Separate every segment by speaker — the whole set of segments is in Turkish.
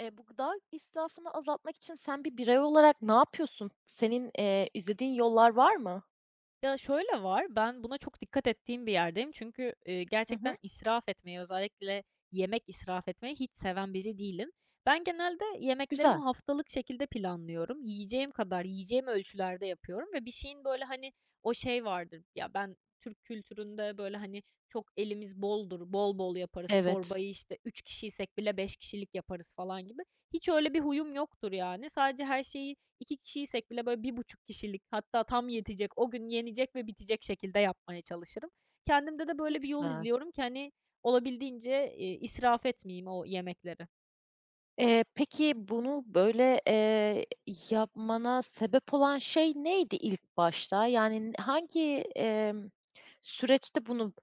Speaker 1: Bu gıda israfını azaltmak için sen bir birey olarak ne yapıyorsun? Senin, izlediğin yollar var mı?
Speaker 2: Ya, şöyle var, ben buna çok dikkat ettiğim bir yerdeyim. Çünkü,
Speaker 1: Hı
Speaker 2: gerçekten
Speaker 1: hı.
Speaker 2: israf etmeyi, özellikle yemek israf etmeyi hiç seven biri değilim. Ben genelde yemeklerimi
Speaker 1: Güzel.
Speaker 2: haftalık şekilde planlıyorum. Yiyeceğim kadar, yiyeceğim ölçülerde yapıyorum ve bir şeyin, böyle, hani, o şey vardır, ya, ben Türk kültüründe, böyle, hani, çok elimiz boldur, bol bol yaparız.
Speaker 1: Evet.
Speaker 2: Çorbayı, işte, 3 kişiysek bile 5 kişilik yaparız falan gibi. Hiç öyle bir huyum yoktur yani. Sadece her şeyi 2 kişiysek bile böyle 1,5 kişilik hatta tam yetecek, o gün yenecek ve bitecek şekilde yapmaya çalışırım. Kendimde de
Speaker 1: Ne
Speaker 2: böyle bir yol
Speaker 1: güzel.
Speaker 2: izliyorum ki hani olabildiğince, israf etmeyeyim o yemekleri.
Speaker 1: Peki bunu yapmana sebep olan şey neydi ilk başta? Yani emm, süreçte bunu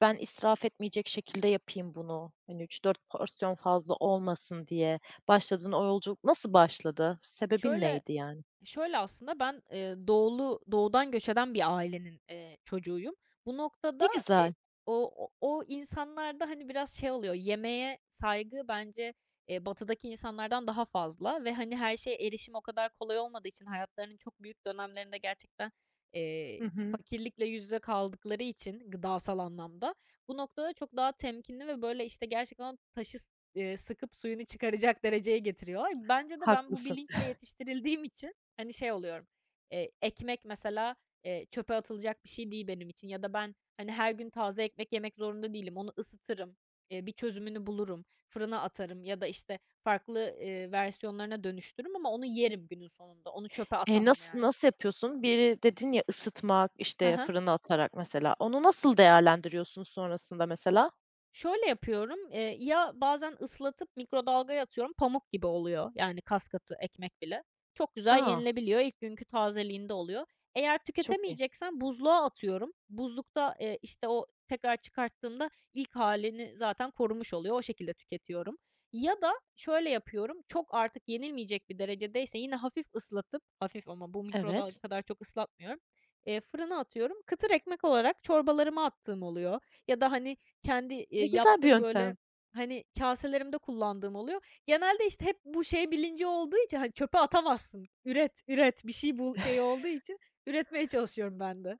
Speaker 1: ben israf etmeyecek şekilde yapayım bunu, hani, üç dört porsiyon fazla olmasın diye başladığın o yolculuk nasıl başladı? Sebebin
Speaker 2: Şöyle
Speaker 1: neydi yani?
Speaker 2: Şöyle aslında ben, doğudan göç eden bir ailenin, çocuğuyum. Bu
Speaker 1: Ne
Speaker 2: noktada, eee,
Speaker 1: güzel.
Speaker 2: o insanlarda, hani, biraz şey oluyor, yemeğe saygı bence, batıdaki insanlardan daha fazla ve, hani, her şeye erişim o kadar kolay olmadığı için hayatlarının çok büyük dönemlerinde gerçekten, eee,
Speaker 1: Hı hı.
Speaker 2: fakirlikle yüz yüze kaldıkları için gıdasal anlamda, bu noktada çok daha temkinli ve, böyle, işte, gerçekten o taşı s sıkıp suyunu çıkaracak dereceye getiriyor. Bence de ben bu
Speaker 1: Haklısın.
Speaker 2: bilinçle yetiştirildiğim için, hani, şey oluyorum, ekmek mesela, çöpe atılacak bir şey değil benim için ya da ben, hani, her gün taze ekmek yemek zorunda değilim. Onu ısıtırım, bir çözümünü bulurum, fırına atarım ya da, işte, farklı, versiyonlarına dönüştürürüm ama onu yerim günün sonunda. Onu çöpe
Speaker 1: Eee,
Speaker 2: atamam
Speaker 1: nasıl
Speaker 2: yani.
Speaker 1: nasıl yapıyorsun? Biri dedin ya ısıtmak, işte, fırına atarak mesela. Onu nasıl değerlendiriyorsun sonrasında mesela?
Speaker 2: Şöyle yapıyorum, ya bazen ıslatıp mikrodalgaya atıyorum, pamuk gibi oluyor, yani kas katı ekmek bile. Çok güzel
Speaker 1: A!
Speaker 2: yenilebiliyor, ilk günkü tazeliğinde oluyor. Eğer
Speaker 1: Çok iyi.
Speaker 2: tüketemeyeceksen buzluğa atıyorum. Buzlukta, işte, o tekrar çıkarttığımda ilk halini zaten korumuş oluyor. O şekilde tüketiyorum. Ya da şöyle yapıyorum, çok artık yenilmeyecek bir derecedeyse yine hafif ıslatıp, hafif ama bu mikrodalga
Speaker 1: Evet.
Speaker 2: kadar çok ıslatmıyorum, fırına atıyorum. Kıtır ekmek olarak çorbalarıma attığım oluyor ya da, hani, kendi,
Speaker 1: Ne güzel bir
Speaker 2: yaptığım, böyle,
Speaker 1: yöntem.
Speaker 2: hani, kaselerimde kullandığım oluyor. Genelde, işte, hep bu şey bilinci olduğu için, hani, çöpe atamazsın. Üret, üret, bir şey bul şeyi olduğu için üretmeye çalışıyorum ben de.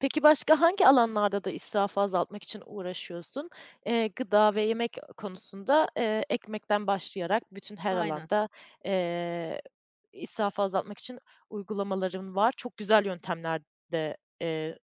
Speaker 1: Peki başka hangi alanlarda da israfı azaltmak için uğraşıyorsun? Gıda ve yemek konusunda, ekmekten başlayarak bütün her
Speaker 2: Aynen.
Speaker 1: alanda, eee, israfı azaltmak için uygulamaların var. Çok güzel yöntemler de,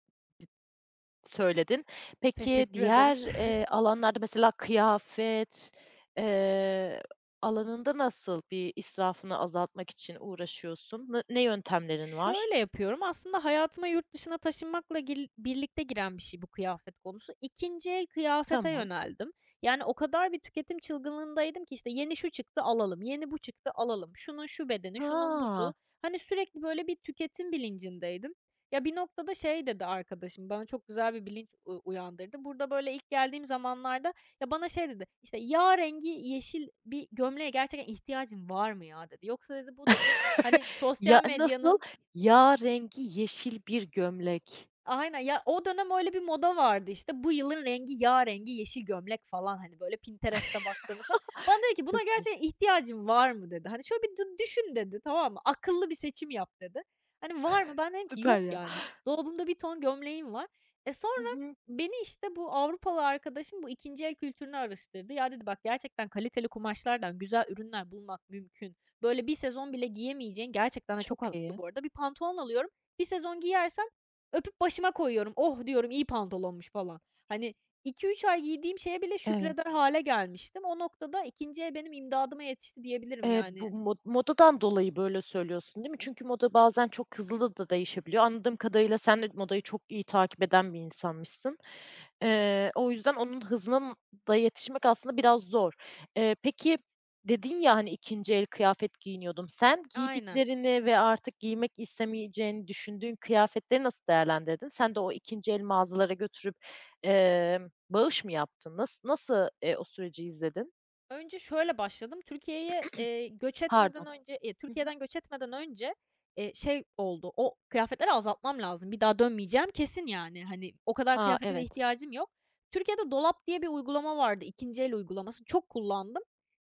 Speaker 1: söyledin. Peki
Speaker 2: Teşekkür ederim.
Speaker 1: diğer alanlarda mesela kıyafet, eee, alanında nasıl bir israfını azaltmak için uğraşıyorsun? Ne yöntemlerin var?
Speaker 2: Şöyle yapıyorum, aslında hayatıma yurt dışına taşınmakla birlikte giren bir şey bu kıyafet konusu. 2'nci el kıyafete
Speaker 1: Tamam.
Speaker 2: yöneldim. Yani o kadar bir tüketim çılgınlığındaydım ki işte yeni şu çıktı alalım, yeni bu çıktı alalım, şunun şu bedeni, şunun busu.
Speaker 1: Ha!
Speaker 2: Hani sürekli böyle bir tüketim bilincindeydim. Ya bir noktada şey dedi arkadaşım bana çok güzel bir bilinç uyandırdı. Burada böyle ilk geldiğim zamanlarda ya bana şey dedi işte yağ rengi yeşil bir gömleğe gerçekten ihtiyacın var mı ya dedi. Yoksa dedi bu dedi hani
Speaker 1: Ya,
Speaker 2: sosyal
Speaker 1: nasıl?
Speaker 2: medyanın
Speaker 1: Yağ rengi yeşil bir gömlek.
Speaker 2: aynen ya, o dönem öyle bir moda vardı, işte, bu yılın rengi yağ rengi, yeşil gömlek falan, hani, böyle Pinterest'te baktığımız falan. Bana dedi ki, "Buna
Speaker 1: Çok iyi.
Speaker 2: gerçekten ihtiyacın var mı?" dedi. Hani, "Şöyle bir düşün." dedi, tamam mı? "Akıllı bir seçim yap." dedi. Hani, "Var mı?" Ben dedim ki, "Yok
Speaker 1: Süper ya.
Speaker 2: yani." Dolabımda bir ton gömleğim var. E,
Speaker 1: Hı
Speaker 2: sonra
Speaker 1: hı.
Speaker 2: beni, işte, bu Avrupalı arkadaşım bu ikinci el kültürünü araştırdı. "Ya" dedi, "Bak gerçekten kaliteli kumaşlardan güzel ürünler bulmak mümkün. Böyle bir sezon bile giyemeyeceğin." Gerçekten de çok
Speaker 1: Çok
Speaker 2: haklı
Speaker 1: iyi.
Speaker 2: bu arada. "Bir pantolon alıyorum, bir sezon giyersem öpüp başıma koyuyorum. 'Oh!' diyorum, iyi pantolonmuş." falan. Hani iki üç ay giydiğim şeye bile
Speaker 1: Evet.
Speaker 2: şükreder hale gelmiştim. O noktada 2'nci el benim imdadıma yetişti diyebilirim
Speaker 1: Eee,
Speaker 2: yani.
Speaker 1: bu mod modadan dolayı böyle söylüyorsun, değil mi? Çünkü moda bazen çok hızlı da değişebiliyor. Anladığım kadarıyla sen de modayı çok iyi takip eden bir insanmışsın. O yüzden onun hızına da yetişmek aslında biraz zor. Peki, dedin ya, hani, 2'nci el kıyafet giyiniyordum. Sen
Speaker 2: Aynen.
Speaker 1: giydiklerini ve artık giymek istemeyeceğini düşündüğün kıyafetleri nasıl değerlendirdin? Sen de o 2'nci el mağazalara götürüp, bağış mı yaptın? Nasıl? Nasıl, o süreci izledin?
Speaker 2: Önce şöyle başladım. Türkiye'ye, göç etmeden
Speaker 1: Pardon.
Speaker 2: önce,
Speaker 1: Hı hı.
Speaker 2: Türkiye'den göç etmeden önce, şey oldu, o kıyafetleri azaltmam lazım. Bir daha dönmeyeceğim kesin yani. Hani o kadar
Speaker 1: A,
Speaker 2: kıyafete de
Speaker 1: evet.
Speaker 2: ihtiyacım yok. Türkiye'de Dolap diye bir uygulama vardı, 2'nci el uygulaması. Çok kullandım.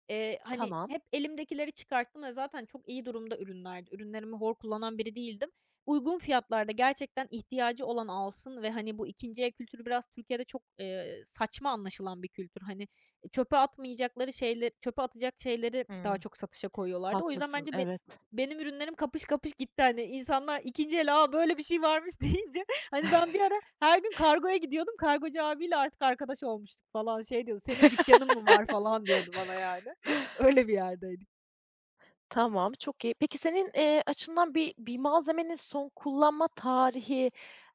Speaker 2: Hani,
Speaker 1: Tamam.
Speaker 2: hep elimdekileri çıkarttım ve zaten çok iyi durumda ürünlerdi. Ürünlerimi hor kullanan biri değildim. Uygun fiyatlarda gerçekten ihtiyacı olan alsın ve, hani, bu 2'nci el kültürü biraz Türkiye'de çok, saçma anlaşılan bir kültür. Hani, çöpe atmayacakları şeyleri çöpe atacak şeyleri daha
Speaker 1: Hımm.
Speaker 2: çok satışa koyuyorlardı. O yüzden
Speaker 1: Haklısın,
Speaker 2: bence
Speaker 1: evet.
Speaker 2: benim ürünlerim kapış kapış gitti. Hani, insanlar 2'nci el, "A, böyle bir şey varmış." deyince, hani, ben bir ara her gün kargoya gidiyordum. Kargocu abiyle artık arkadaş olmuştuk falan. Şey diyordu, "Senin dükkanın mı var?" falan diyordu bana yani. Öyle bir yerdeydik.
Speaker 1: Tamam, çok iyi. Peki senin, açından bir malzemenin son kullanma tarihi,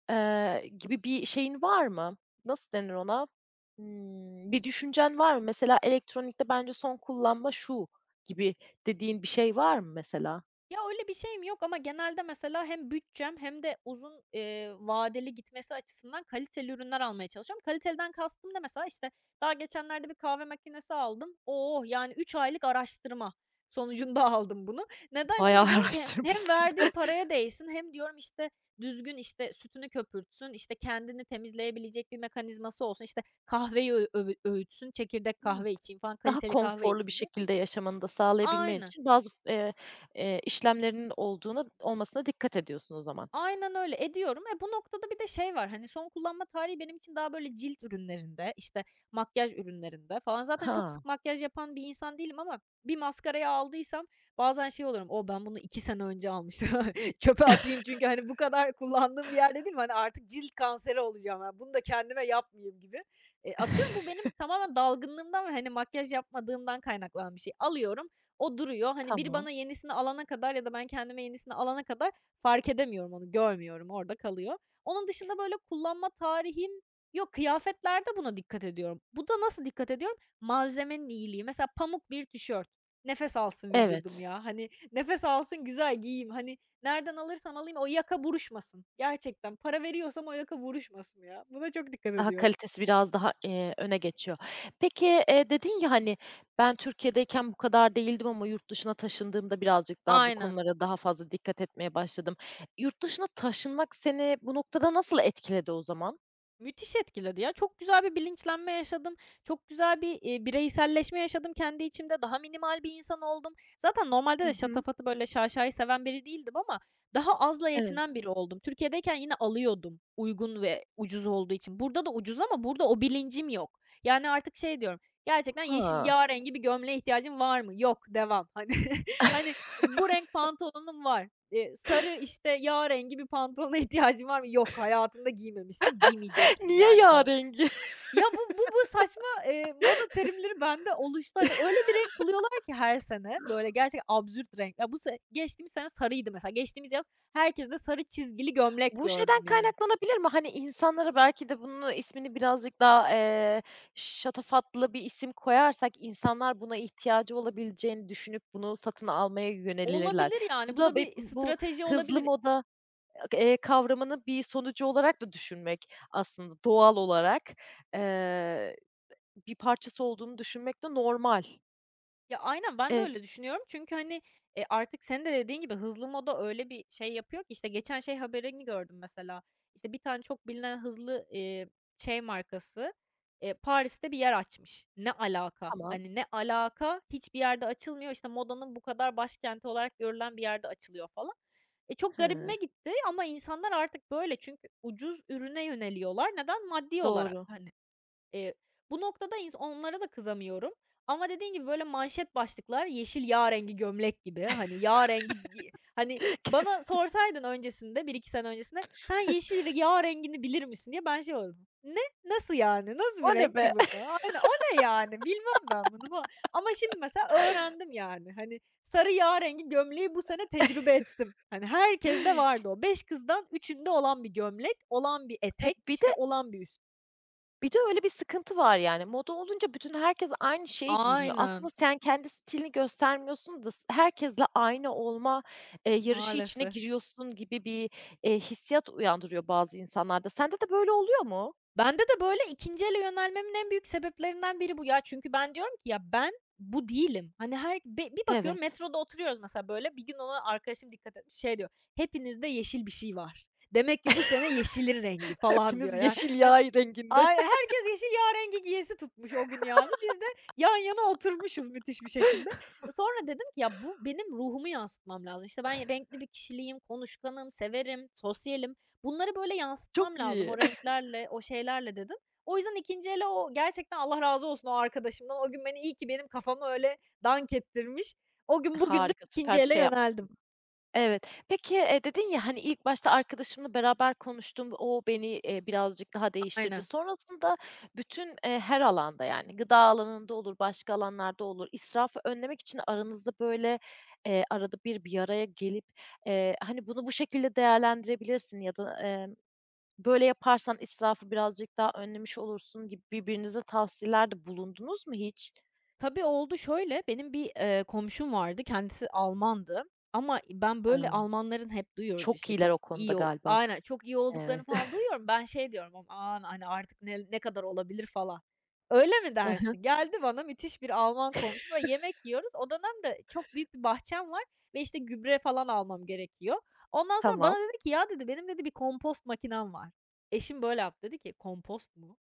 Speaker 1: gibi bir şeyin var mı? Nasıl denir ona? Hımm, bir düşüncen var mı? Mesela elektronikte bence son kullanma şu gibi dediğin bir şey var mı mesela?
Speaker 2: Ya, öyle bir şeyim yok ama genelde mesela hem bütçem hem de uzun, vadeli gitmesi açısından kaliteli ürünler almaya çalışıyorum. Kaliteliden kastım da mesela, işte, daha geçenlerde bir kahve makinesi aldım. Oh, yani 3 aylık araştırma sonucunda aldım bunu. Neden?
Speaker 1: Bayağı
Speaker 2: Çünkü diyorum ki hem
Speaker 1: araştırmışsın.
Speaker 2: verdiğim paraya değsin hem diyorum, işte, düzgün, işte, sütünü köpürtsün, işte, kendini temizleyebilecek bir mekanizması olsun, işte, kahveyi öğütsün, çekirdek
Speaker 1: Hımm.
Speaker 2: kahve içeyim falan,
Speaker 1: Daha
Speaker 2: kaliteli kahve
Speaker 1: konforlu bir
Speaker 2: içeyim diye.
Speaker 1: şekilde yaşamanı da sağlayabilmen
Speaker 2: Aynen.
Speaker 1: için bazı f işlemlerinin olmasına dikkat ediyorsun o zaman.
Speaker 2: Aynen öyle, ediyorum. E, bu noktada bir de şey var, hani, son kullanma tarihi benim için daha böyle cilt ürünlerinde, işte, makyaj ürünlerinde falan. Zaten çok
Speaker 1: Ha,
Speaker 2: sık makyaj yapan bir insan değilim ama bir maskarayı aldıysam bazen şey olurum, "O, ben bunu 2 sene önce almıştım. Çöpe atayım." Çünkü, hani, bu kadar kullandığım bir yerde değilim. Hani, artık cilt kanseri olacağım, yani, bunu da kendime yapmayayım gibi. E, atıyorum bu benim tamamen dalgınlığımdan ve, hani, makyaj yapmadığımdan kaynaklanan bir şey. Alıyorum, o duruyor. Hani, biri
Speaker 1: tamam.
Speaker 2: bana yenisini alana kadar ya da ben kendime yenisini alana kadar fark edemiyorum onu, görmüyorum, orada kalıyor. Onun dışında, böyle, kullanma tarihim yok. Kıyafetlerde buna dikkat ediyorum. Bu da nasıl dikkat ediyorum? Malzemenin iyiliği. Mesela pamuk bir tişört. Nefes alsın vücudum
Speaker 1: Evet,
Speaker 2: ya. Hani, nefes alsın, güzel giyeyim. Hani, nereden alırsam alayım o yaka buruşmasın. Gerçekten para veriyorsam o yaka buruşmasın ya. Buna çok dikkat
Speaker 1: daha
Speaker 2: ediyorum.
Speaker 1: kalitesi biraz daha, öne geçiyor. Peki, dedin ya, hani, "Ben Türkiye'deyken bu kadar değildim ama yurt dışına taşındığımda birazcık daha bu
Speaker 2: Aynen.
Speaker 1: konulara daha fazla dikkat etmeye başladım." Yurt dışına taşınmak seni bu noktada nasıl etkiledi o zaman?
Speaker 2: Müthiş etkiledi ya. Çok güzel bir bilinçlenme yaşadım. Çok güzel bir, bireyselleşme yaşadım kendi içimde. Daha minimal bir insan oldum. Zaten normalde
Speaker 1: Hı
Speaker 2: de
Speaker 1: hı.
Speaker 2: şatafatı, böyle, şaşayı seven biri değildim ama daha azla
Speaker 1: Evet.
Speaker 2: yetinen biri oldum. Türkiye'deyken yine alıyordum uygun ve ucuz olduğu için. Burada da ucuz ama burada o bilincim yok. Yani artık şey diyorum, gerçekten yeşil
Speaker 1: Ha.
Speaker 2: yağ rengi bir gömleğe ihtiyacın var mı? Yok, devam. Hani hani, bu renk pantolonum var. Sarı, işte, yağ rengi bir pantolona ihtiyacın var mı? Yok, hayatında giymemişsin, giymeyeceksin
Speaker 1: Niye
Speaker 2: yani falan.
Speaker 1: yârengi?
Speaker 2: Ya, bu bu bu saçma, moda terimleri bende oluştu. Hani, öyle bir renk buluyorlar ki her sene, böyle, gerçekten absürt renk. Ya, bu se geçtiğimiz sene sarıydı mesela. Geçtiğimiz yaz herkeste sarı çizgili gömlek
Speaker 1: Bu şeyden
Speaker 2: gördüm yani.
Speaker 1: kaynaklanabilir mi? Hani, insanlara belki de bunu ismini birazcık daha şatafatlı bir isim koyarsak insanlar buna ihtiyacı olabileceğini düşünüp bunu satın almaya yönelirler.
Speaker 2: Olabilir yani.
Speaker 1: Bu
Speaker 2: Bu da
Speaker 1: da be
Speaker 2: bir
Speaker 1: bu
Speaker 2: strateji
Speaker 1: hızlı
Speaker 2: olabilir.
Speaker 1: moda, kavramının bir sonucu olarak da düşünmek aslında doğal olarak, eee, bir parçası olduğunu düşünmek de normal.
Speaker 2: Ya, aynen, ben de
Speaker 1: E,
Speaker 2: öyle düşünüyorum. Çünkü, hani, artık senin de dediğin gibi hızlı moda öyle bir şey yapıyor ki, işte, geçen şey haberini gördüm mesela. İşte, bir tane çok bilinen hızlı, şey markası, Paris'te bir yer açmış. Ne alaka?
Speaker 1: tamam.
Speaker 2: Hani, ne alaka? Hiçbir yerde açılmıyor. İşte, modanın bu kadar başkenti olarak görülen bir yerde açılıyor falan. E, çok garibime
Speaker 1: He,
Speaker 2: gitti ama insanlar artık böyle çünkü ucuz ürüne yöneliyorlar. Neden? Maddi olarak,
Speaker 1: doğru.
Speaker 2: hani. Eee, bu noktada onlara da kızamıyorum ama dediğin gibi, böyle, manşet başlıklar yeşil yağ rengi gömlek gibi, hani, yağ rengi hani, bana sorsaydın öncesinde, bir iki sene öncesinde, "Sen yeşil yağ rengini bilir misin?" diye ben şey olurdum. "Ne? Nasıl yani? Nasıl bir
Speaker 1: O ne
Speaker 2: renk
Speaker 1: be?
Speaker 2: gibi falan." Aynen, "O ne yani? Bilmem ben bunu." falan. Ama şimdi mesela öğrendim yani. Hani, sarı yağ rengi gömleği bu sene tecrübe ettim. Hani, herkeste vardı o. 5 kızdan üçünde olan bir gömlek, olan bir
Speaker 1: E,
Speaker 2: etek,
Speaker 1: bir
Speaker 2: işte, olan bir üst.
Speaker 1: Bir de öyle bir sıkıntı var yani. Moda olunca bütün herkes aynı şeyi giyiniyor.
Speaker 2: Aynen.
Speaker 1: Aslında sen kendi stilini göstermiyorsun da s herkesle aynı olma, yarışı içine
Speaker 2: Maalesef.
Speaker 1: giriyorsun gibi bir, hissiyat uyandırıyor bazı insanlarda. Sende de böyle oluyor mu?
Speaker 2: Bende de böyle 2'nci ele yönelmemin en büyük sebeplerinden biri bu ya. Çünkü ben diyorum ki ya ben bu değilim. Hani her bir bakıyorum
Speaker 1: Evet.
Speaker 2: metroda oturuyoruz mesela böyle bir gün ona arkadaşım dikkat etmiş şey diyor. Hepinizde yeşil bir şey var. Demek ki bu sene yeşilin rengi falan diyor.
Speaker 1: Hepiniz
Speaker 2: Yani
Speaker 1: yeşil
Speaker 2: hani
Speaker 1: yay renginde.
Speaker 2: ay herkes yeşil yağ rengi giyesi tutmuş o gün yani. Biz de yan yana oturmuşuz müthiş bir şekilde. Sonra dedim ki ya bu benim ruhumu yansıtmam lazım. İşte ben renkli bir kişiliğim, konuşkanım, severim, sosyalim. Bunları böyle
Speaker 1: Çok
Speaker 2: yansıtmam lazım
Speaker 1: iyi.
Speaker 2: o renklerle, o şeylerle dedim. O yüzden 2. ele o gerçekten Allah razı olsun o arkadaşımdan. O gün beni iyi ki benim kafamı öyle dank ettirmiş. O gün bugündür
Speaker 1: Harika,
Speaker 2: 2.
Speaker 1: süper bir
Speaker 2: ele
Speaker 1: şey
Speaker 2: yöneldim.
Speaker 1: yapmışsın. Evet. Peki, dedin ya, hani, ilk başta arkadaşımla beraber konuştum, o beni, birazcık daha değiştirdi.
Speaker 2: Aynen.
Speaker 1: Sonrasında bütün, her alanda, yani, gıda alanında olur, başka alanlarda olur, israfı önlemek için aranızda, böyle, arada bir araya gelip, hani, bunu bu şekilde değerlendirebilirsin ya da, böyle yaparsan israfı birazcık daha önlemiş olursun gibi birbirinize tavsiyelerde bulundunuz mu hiç?
Speaker 2: Tabii, oldu şöyle, benim bir, komşum vardı, kendisi Almandı ama ben böyle
Speaker 1: Hıı.
Speaker 2: Almanların hep duyuyoruz,
Speaker 1: Çok
Speaker 2: işte,
Speaker 1: iyiler
Speaker 2: çok
Speaker 1: o konuda
Speaker 2: iyi o
Speaker 1: galiba.
Speaker 2: aynen, çok iyi olduklarını
Speaker 1: Evet.
Speaker 2: falan duyuyorum. Ben şey diyorum ama, "Aman, hani, artık ne kadar olabilir?" falan. Öyle mi dersin? Geldi bana müthiş bir Alman komşum, böyle yemek yiyoruz. O dönemde çok büyük bir bahçem var ve, işte, gübre falan almam gerekiyor. Ondan sonra bana
Speaker 1: Tamam.
Speaker 2: dedi ki, "Ya" dedi, "benim" dedi, "bir kompost makinem var." Eşim böyle yaptı, dedi ki, "Kompost mu?"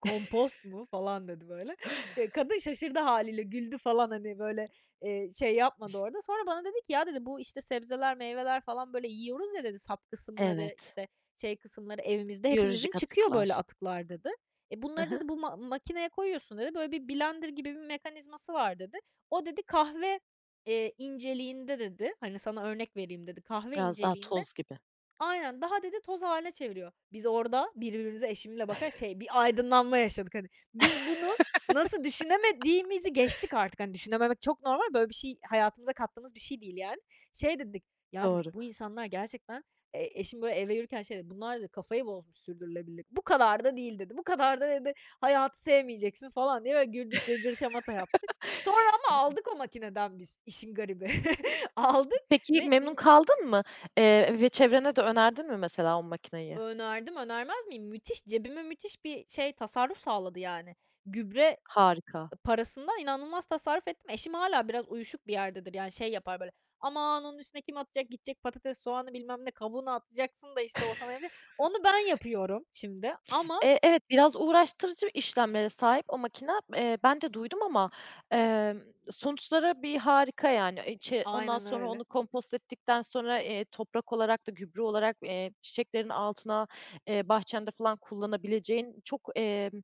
Speaker 2: "Kompost mu?" falan dedi böyle. Şey, kadın şaşırdı haliyle güldü falan, hani, böyle, şey yapmadı orada. Sonra bana dedi ki, "Ya" dedi, "Bu, işte, sebzeler, meyveler falan, böyle, yiyoruz ya" dedi, "Sap kısımları,
Speaker 1: Evet.
Speaker 2: işte, şey kısımları evimizde hepimizin
Speaker 1: Biyolojik
Speaker 2: çıkıyor böyle
Speaker 1: atıklar.
Speaker 2: atıklar" dedi. "E,
Speaker 1: Hı
Speaker 2: bunları"
Speaker 1: hı.
Speaker 2: dedi, "Bu makineye koyuyorsun" dedi. "Böyle bir blender gibi bir mekanizması var" dedi. "O" dedi, "Kahve, inceliğinde" dedi, hani, "Sana örnek vereyim" dedi, "Kahve
Speaker 1: Biraz daha
Speaker 2: inceliğinde."
Speaker 1: toz gibi.
Speaker 2: Aynen, daha dedi toz haline çeviriyor. Biz orada birbirimize eşimle bakar şey, bir aydınlanma yaşadık hani. Biz bunu nasıl düşünemediğimizi geçtik artık. Hani düşünememek çok normal. Böyle bir şey hayatımıza kattığımız bir şey değil yani. Şey dedik, "Ya" dedik,
Speaker 1: Doğru.
Speaker 2: "Bu insanlar gerçekten." Eşim böyle eve yürürken şey dedi, "Bunlar" dedi, "kafayı bozmuş sürdürülebilirlik. Bu kadar da değil" dedi. "Bu kadar da" dedi, "hayatı sevmeyeceksin" falan diye böyle güldük, gırgır şamata yaptık. Sonra ama aldık o makineden biz işin garibi. Aldık
Speaker 1: Peki
Speaker 2: ve
Speaker 1: memnun
Speaker 2: in
Speaker 1: kaldın mı? Ve çevrene de önerdin mi mesela o makineyi?
Speaker 2: Önerdim, önermez miyim? Müthiş, cebime müthiş bir şey, tasarruf sağladı yani. Gübre
Speaker 1: Harika.
Speaker 2: parasından inanılmaz tasarruf ettim. Eşim hala biraz uyuşuk bir yerdedir, yani, şey yapar böyle, "Aman, onun üstüne kim atacak? Gidecek patates, soğanı, bilmem ne, kabuğunu atacaksın da, işte, o sana" yapacak. Onu ben yapıyorum şimdi ama
Speaker 1: Evet, biraz uğraştırıcı işlemlere sahip o makine. Ben de duydum ama, emm, sonuçları bir harika yani. E, ondan
Speaker 2: aynen
Speaker 1: sonra
Speaker 2: öyle,
Speaker 1: onu kompost ettikten sonra, toprak olarak da gübre olarak, çiçeklerin altına, bahçende falan kullanabileceğin çok, emm.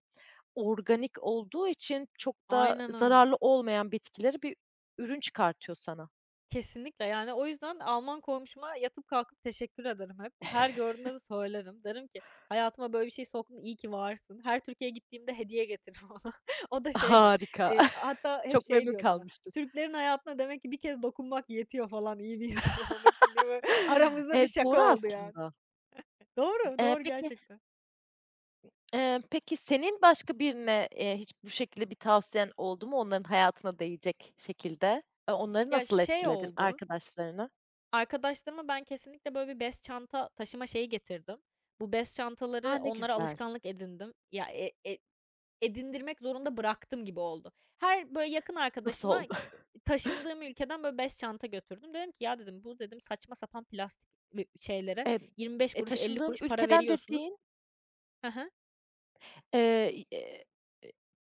Speaker 1: Organik olduğu için çok da
Speaker 2: aynen öyle.
Speaker 1: zararlı olmayan bitkileri bir ürün çıkartıyor sana.
Speaker 2: Kesinlikle, yani, o yüzden Alman komşuma yatıp kalkıp teşekkür ederim hep. Her gördüğümde de söylerim. Derim ki, "Hayatıma böyle bir şey soktun, iyi ki varsın." Her Türkiye'ye gittiğimde hediye getiririm ona. O da şey der,
Speaker 1: Harika.
Speaker 2: hatta hep
Speaker 1: Çok
Speaker 2: şey
Speaker 1: memnun
Speaker 2: diyor bana,
Speaker 1: kalmıştır.
Speaker 2: "Türklerin hayatına demek ki bir kez dokunmak yetiyor falan iyi bir insan olmak için." diye böyle aramızda bir şaka
Speaker 1: Doğru
Speaker 2: oldu yani.
Speaker 1: aslında.
Speaker 2: Doğru,
Speaker 1: Eee,
Speaker 2: doğru
Speaker 1: peki,
Speaker 2: gerçekten.
Speaker 1: eee, peki senin başka birine, hiç bu şekilde bir tavsiyen oldu mu onların hayatına değecek şekilde? E, onları
Speaker 2: Ya,
Speaker 1: nasıl
Speaker 2: şey
Speaker 1: etkiledin,
Speaker 2: oldu.
Speaker 1: arkadaşlarını?
Speaker 2: Arkadaşlarıma ben kesinlikle böyle bir bez çanta taşıma şeyi getirdim. Bu bez çantaları
Speaker 1: A, ne
Speaker 2: onlara
Speaker 1: güzel.
Speaker 2: alışkanlık edindim. Ya, edindirmek zorunda bıraktım gibi oldu. Her böyle yakın
Speaker 1: Nasıl
Speaker 2: arkadaşıma
Speaker 1: oldu?
Speaker 2: taşındığım ülkeden böyle bez çanta götürdüm. Dedim ki, "Ya" dedim, "Bu" dedim, "saçma sapan plastik, şeylere
Speaker 1: Emm,
Speaker 2: 25
Speaker 1: e,
Speaker 2: kuruş, 50
Speaker 1: taşındığın
Speaker 2: kuruş para
Speaker 1: ülkeden
Speaker 2: veriyorsunuz."
Speaker 1: dediğin. Eee, eee,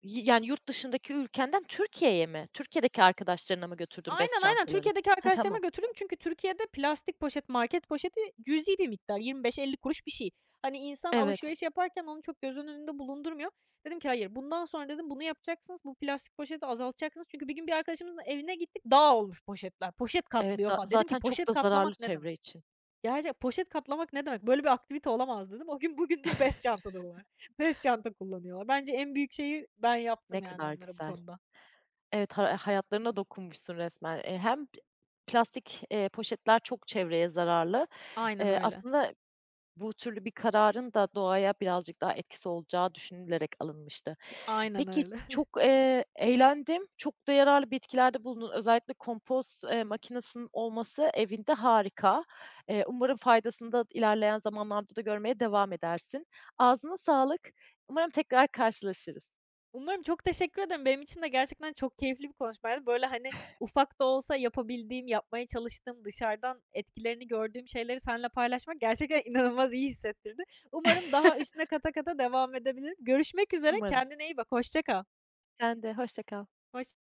Speaker 1: y Yani, yurt dışındaki ülkenden Türkiye'ye mi? Türkiye'deki arkadaşlarına mı götürdün bez
Speaker 2: Aynen, aynen.
Speaker 1: çantaları?
Speaker 2: Türkiye'deki
Speaker 1: He,
Speaker 2: arkadaşlarıma
Speaker 1: tamam.
Speaker 2: götürdüm çünkü Türkiye'de plastik poşet, market poşeti cüzi bir miktar, 25-50 kuruş bir şey. Hani insan
Speaker 1: Evet,
Speaker 2: alışveriş yaparken onu çok göz önünde bulundurmuyor. Dedim ki hayır bundan sonra dedim bunu yapacaksınız. Bu plastik poşeti azaltacaksınız. Çünkü bir gün bir arkadaşımızın evine gittik dağ olmuş poşetler. Poşet
Speaker 1: evet,
Speaker 2: katlıyor
Speaker 1: da
Speaker 2: falan. Dedim ki
Speaker 1: zaten çok
Speaker 2: poşet
Speaker 1: da
Speaker 2: katlamak
Speaker 1: zararlı
Speaker 2: ne demek?
Speaker 1: çevre için.
Speaker 2: Gerçek poşet katlamak ne demek? Böyle bir aktivite olamaz dedim. O gün bugündür bez çantadalar. Bez çanta kullanıyorlar. Bence en büyük şeyi ben yaptım
Speaker 1: Ne
Speaker 2: yani
Speaker 1: kadar
Speaker 2: onlara bu
Speaker 1: güzel.
Speaker 2: konuda.
Speaker 1: Evet, ha e, hayatlarına dokunmuşsun resmen. Hem plastik, poşetler çok çevreye zararlı.
Speaker 2: Aynen öyle.
Speaker 1: Aslında bu türlü bir kararın da doğaya birazcık daha etkisi olacağı düşünülerek alınmıştı.
Speaker 2: Aynen
Speaker 1: Peki,
Speaker 2: öyle.
Speaker 1: çok, eğlendim. Çok da yararlı bitkilerde bulundun. Özellikle kompost, makinesinin olması evinde harika. Umarım faydasını da ilerleyen zamanlarda da görmeye devam edersin. Ağzına sağlık. Umarım tekrar karşılaşırız.
Speaker 2: Umarım. Çok teşekkür ederim. Benim için de gerçekten çok keyifli bir konuşmaydı. Böyle, hani, ufak da olsa yapabildiğim, yapmaya çalıştığım, dışarıdan etkilerini gördüğüm şeyleri seninle paylaşmak gerçekten inanılmaz iyi hissettirdi. Umarım daha üstüne kata kata devam edebilirim. Görüşmek üzere.
Speaker 1: Umarım.
Speaker 2: Kendine iyi bak. Hoşça kal.
Speaker 1: Sen de hoşça kal.
Speaker 2: Hoş